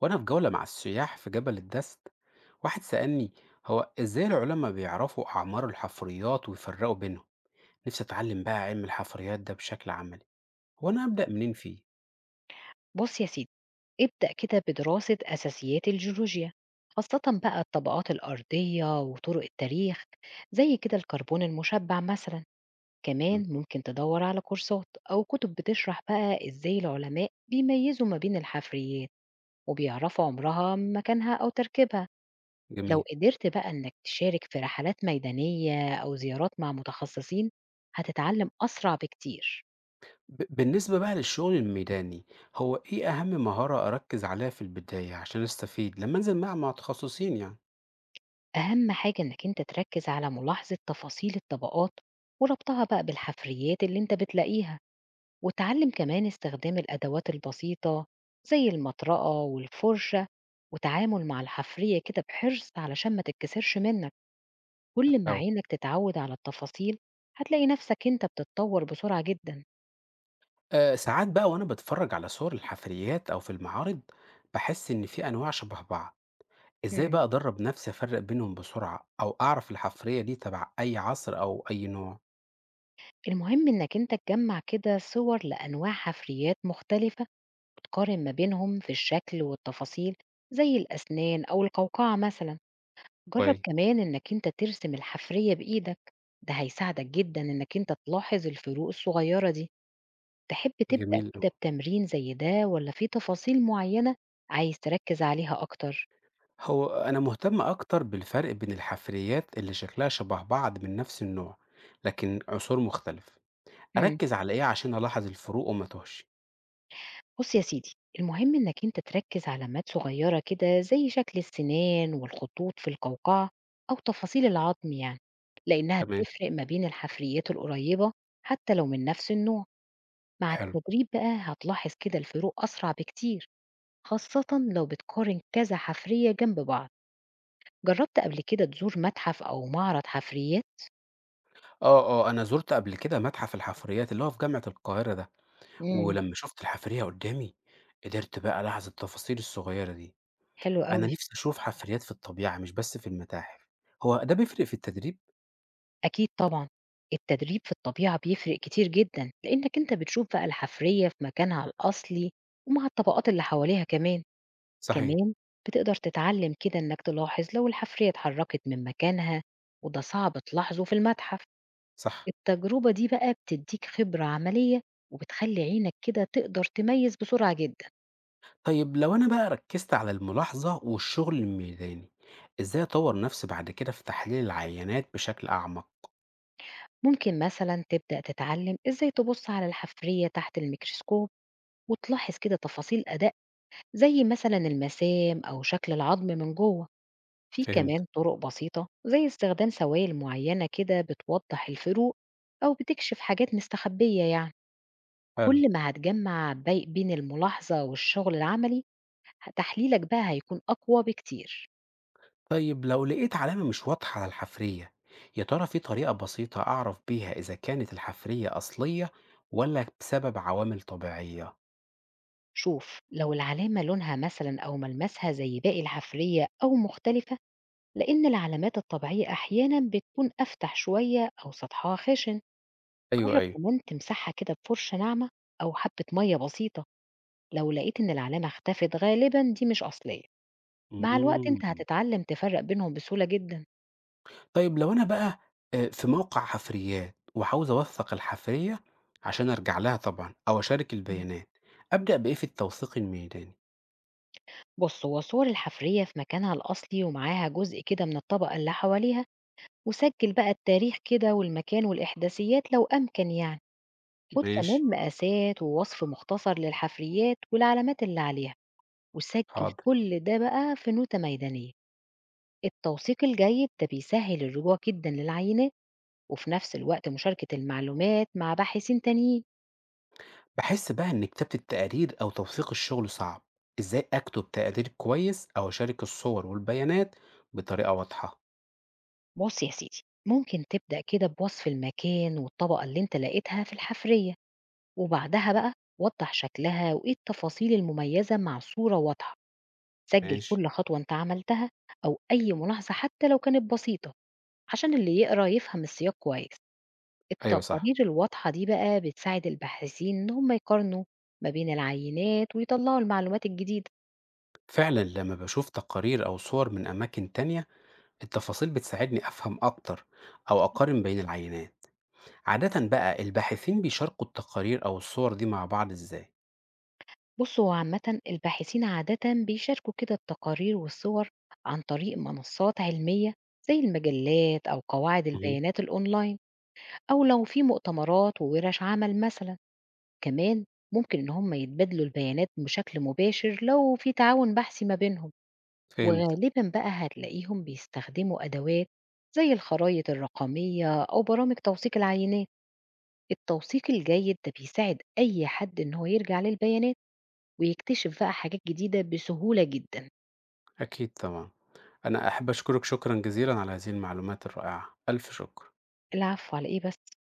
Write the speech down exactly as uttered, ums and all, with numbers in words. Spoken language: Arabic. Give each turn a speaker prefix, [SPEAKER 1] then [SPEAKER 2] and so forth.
[SPEAKER 1] وأنا في جولة مع السياح في جبل الدست، واحد سألني: هو إزاي العلماء بيعرفوا أعمار الحفريات ويفرقوا بينهم؟ نفسي أتعلم بقى علم الحفريات ده بشكل عملي. هو أنا أبدأ منين فيه؟
[SPEAKER 2] بُص يا سيدي، ابدأ كده بدراسة أساسيات الجيولوجيا، خاصة بقى الطبقات الأرضية وطرق التاريخ، زي كده الكربون المشبع مثلًا،
[SPEAKER 1] مم.
[SPEAKER 2] كمان ممكن تدوّر على كورسات أو كتب بتشرح بقى إزاي العلماء بيميّزوا ما بين الحفريات وبيعرفوا عمرها، من مكانها أو تركيبها. لو
[SPEAKER 1] جميل.
[SPEAKER 2] قدرت بقى إنك تشارك في رحلات ميدانية أو زيارات مع متخصصين، هتتعلم أسرع بكتير.
[SPEAKER 1] ب- بالنسبة بقى للشغل الميداني، هو إيه أهم مهارة أركز عليها في البداية عشان أستفيد لما أنزل مع مع متخصصين يعني؟
[SPEAKER 2] أهم حاجة إنك أنت تركز على ملاحظة تفاصيل الطبقات وربطها بقى بالحفريات اللي أنت بتلاقيها، وتعلم كمان استخدام الأدوات البسيطة زي المطرقة والفرشة، وتعامل مع الحفرية كده بحرص علشان ما تتكسرش منك. كل ما
[SPEAKER 1] أو
[SPEAKER 2] عينك تتعود على التفاصيل، هتلاقي نفسك أنت بتتطور بسرعة جدا.
[SPEAKER 1] أه، ساعات بقى وأنا بتفرج على صور الحفريات أو في المعارض بحس إن في أنواع شبه بعض. إزاي
[SPEAKER 2] مم.
[SPEAKER 1] بقى أدرّب نفسي أفرّق بينهم بسرعة، أو أعرف الحفرية دي تبع أي عصر أو أي نوع؟
[SPEAKER 2] المهم إنك أنت تجمع كده صور لأنواع حفريات مختلفة وتقارن ما بينهم في الشكل والتفاصيل، زي الأسنان أو القوقعة مثلا. جرب
[SPEAKER 1] كوي.
[SPEAKER 2] كمان إنك أنت ترسم الحفرية بإيدك، ده هيساعدك جدا إنك أنت تلاحظ الفروق الصغيرة دي. تحب تبدأ
[SPEAKER 1] جميل أوي.
[SPEAKER 2] كده بتمرين زي ده، ولا في تفاصيل معينة عايز تركز عليها أكتر؟
[SPEAKER 1] هو أنا مهتم أكتر بالفرق بين الحفريات اللي شكلها شبه بعض من نفس النوع، لكن عصور مختلف.
[SPEAKER 2] مم.
[SPEAKER 1] أركّز على إيه عشان ألاحظ الفروق وما أتوهش؟
[SPEAKER 2] بص يا سيدي، المهم إنك أنت تركز علامات صغيرة كده زي شكل السنان والخطوط في القوقعة، أو تفاصيل العظم يعني، لأنها
[SPEAKER 1] تمام.
[SPEAKER 2] بتفرق ما بين الحفريات القريبة حتى لو من نفس النوع. مع
[SPEAKER 1] حلو.
[SPEAKER 2] التدريب بقى هتلاحظ كده الفروق أسرع بكتير، خاصة لو بتقارن كذا حفرية جنب بعض. جربت قبل كده تزور متحف أو معرض حفريات؟
[SPEAKER 1] آه، آه، أنا زُرت قبل كده متحف الحفريات اللي هو في جامعة القاهرة ده،
[SPEAKER 2] امم
[SPEAKER 1] ولمّا شُفت الحفرية قدّامي قدرت بقى ألاحظ التفاصيل الصغيرة دي.
[SPEAKER 2] حلو
[SPEAKER 1] أنا
[SPEAKER 2] قوي.
[SPEAKER 1] نفسي أشوف حفريات في الطبيعة مش بس في المتاحف، هو ده بيفرق في التدريب؟
[SPEAKER 2] أكيد طبعا، التدريب في الطبيعة بيفرق كتير جدا، لأنك أنت بتشوف بقى الحفرية في مكانها الأصلي ومع الطبقات اللي حواليها كمان.
[SPEAKER 1] صحيح.
[SPEAKER 2] كمان بتقدر تتعلم كده إنك تلاحظ لو الحفرية اتحركت من مكانها، وده صعب تلاحظه في المتحف.
[SPEAKER 1] صح.
[SPEAKER 2] التجربة دي بقى بتديك خبرة عملية، وبتخلي عينك كده تقدر تميز بسرعة جدا.
[SPEAKER 1] طيب لو أنا بقى ركزت على الملاحظة والشغل الميداني، إزاي أطور نفسي بعد كده في تحليل العينات بشكل أعمق؟
[SPEAKER 2] ممكن مثلا تبدأ تتعلم إزاي تبص على الحفرية تحت الميكروسكوب، وتلاحظ كده تفاصيل أداء زي مثلا المسام أو شكل العظم من جوه. في
[SPEAKER 1] فهمت.
[SPEAKER 2] كمان طرق بسيطة زي استخدام سوائل معينة كده بتوضح الفروق، أو بتكشف حاجات مستخبية يعني.
[SPEAKER 1] حلو.
[SPEAKER 2] كل ما هتجمع بي- بين الملاحظة والشغل العملي، ه- تحليلك بقى هيكون أقوى بكتير.
[SPEAKER 1] طيب لو لقيت علامة مش واضحة على الحفرية، يا ترى في طريقة بسيطة أعرف بيها إذا كانت الحفرية أصلية ولا بسبب عوامل طبيعية؟
[SPEAKER 2] شوف، لو العلامة لونها مثلا أو ملمسها زي باقي الحفرية أو مختلفة، لأن العلامات الطبيعية أحيانا بتكون أفتح شوية أو سطحها خشن.
[SPEAKER 1] أيوه
[SPEAKER 2] جرب
[SPEAKER 1] أيوه.
[SPEAKER 2] كمان تمسحها كده بفرشة ناعمة أو حبة مية بسيطة، لو لقيت إن العلامة اختفت غالبا دي مش أصلية. مع الوقت أنت
[SPEAKER 1] امم.
[SPEAKER 2] هتتعلم تفرق بينهم بسهولة جدا.
[SPEAKER 1] طيب لو أنا بقى آآ في موقع حفريات وعاوز أوثّق الحفرية عشان أرجع لها طبعًا أو أشارك
[SPEAKER 2] مم.
[SPEAKER 1] البيانات، أبدأ بإيه في التوثيق الميداني؟
[SPEAKER 2] بص، هو صور الحفرية في مكانها الأصلي ومعاها جزء كده من الطبقة اللي حواليها، وسجل بقى التاريخ كده والمكان والإحداثيات لو أمكن يعني. خد
[SPEAKER 1] ماشي.
[SPEAKER 2] كمان مقاسات ووصف مختصر للحفريات والعلامات اللي عليها، وسجّل
[SPEAKER 1] حاضر.
[SPEAKER 2] كل ده بقى في نوتة ميدانية، التوثيق الجيد ده بيسهّل الرجوع جدًا للعينات، وفي نفس الوقت مشاركة المعلومات مع باحثين تانيين.
[SPEAKER 1] باحس بقى إن كتابة التقارير أو توثيق الشغل صعب، إزاي أكتب تقرير كويس أو أشارك الصور والبيانات بطريقة واضحة؟
[SPEAKER 2] بُص يا سيدي، ممكن تبدأ كده بوصف المكان والطبقة اللي أنت لقيتها في الحفرية، وبعدها بقى وضّح شكلها وإيه التفاصيل المميزة مع صورة واضحة. سجّل
[SPEAKER 1] ماشي.
[SPEAKER 2] كل خطوة أنت عملتها أو أي ملاحظة حتى لو كانت بسيطة، عشان اللي يقرا يفهم السياق كويس.
[SPEAKER 1] أيوه صح.
[SPEAKER 2] التقارير الواضحة دي بقى بتساعد الباحثين إن هم يقارنوا ما بين العينات ويطلعوا المعلومات الجديدة.
[SPEAKER 1] فعلًا لمّا باشوف تقارير أو صور من أماكن تانية، التفاصيل بتساعدني أفهم أكتر أو أقارن بين العينات. عادة بقى الباحثين بيشاركوا التقارير أو الصور دي مع بعض إزاي؟
[SPEAKER 2] بصوا، هو عامة الباحثين عادة بيشاركوا كده التقارير والصور عن طريق منصات علمية زي المجلات أو قواعد
[SPEAKER 1] مهم.
[SPEAKER 2] البيانات الأونلاين، أو لو في مؤتمرات وورش عمل مثلا. كمان ممكن إن هم يتبادلوا البيانات بشكل مباشر لو في تعاون بحثي ما بينهم.
[SPEAKER 1] فهمت.
[SPEAKER 2] وغالبا بقى هتلاقيهم بيستخدموا أدوات زي الخرائط الرقمية أو برامج توثيق العينات. التوثيق الجيد ده بيساعد أي حد إن هو يرجع للبيانات، ويكتشف بقى حاجات جديدة بسهولة جدا.
[SPEAKER 1] أكيد طبعا. أنا أحب أشكرك شكرا جزيلا على هذه المعلومات الرائعة، ألف شكر.
[SPEAKER 2] العفو، على إيه بس؟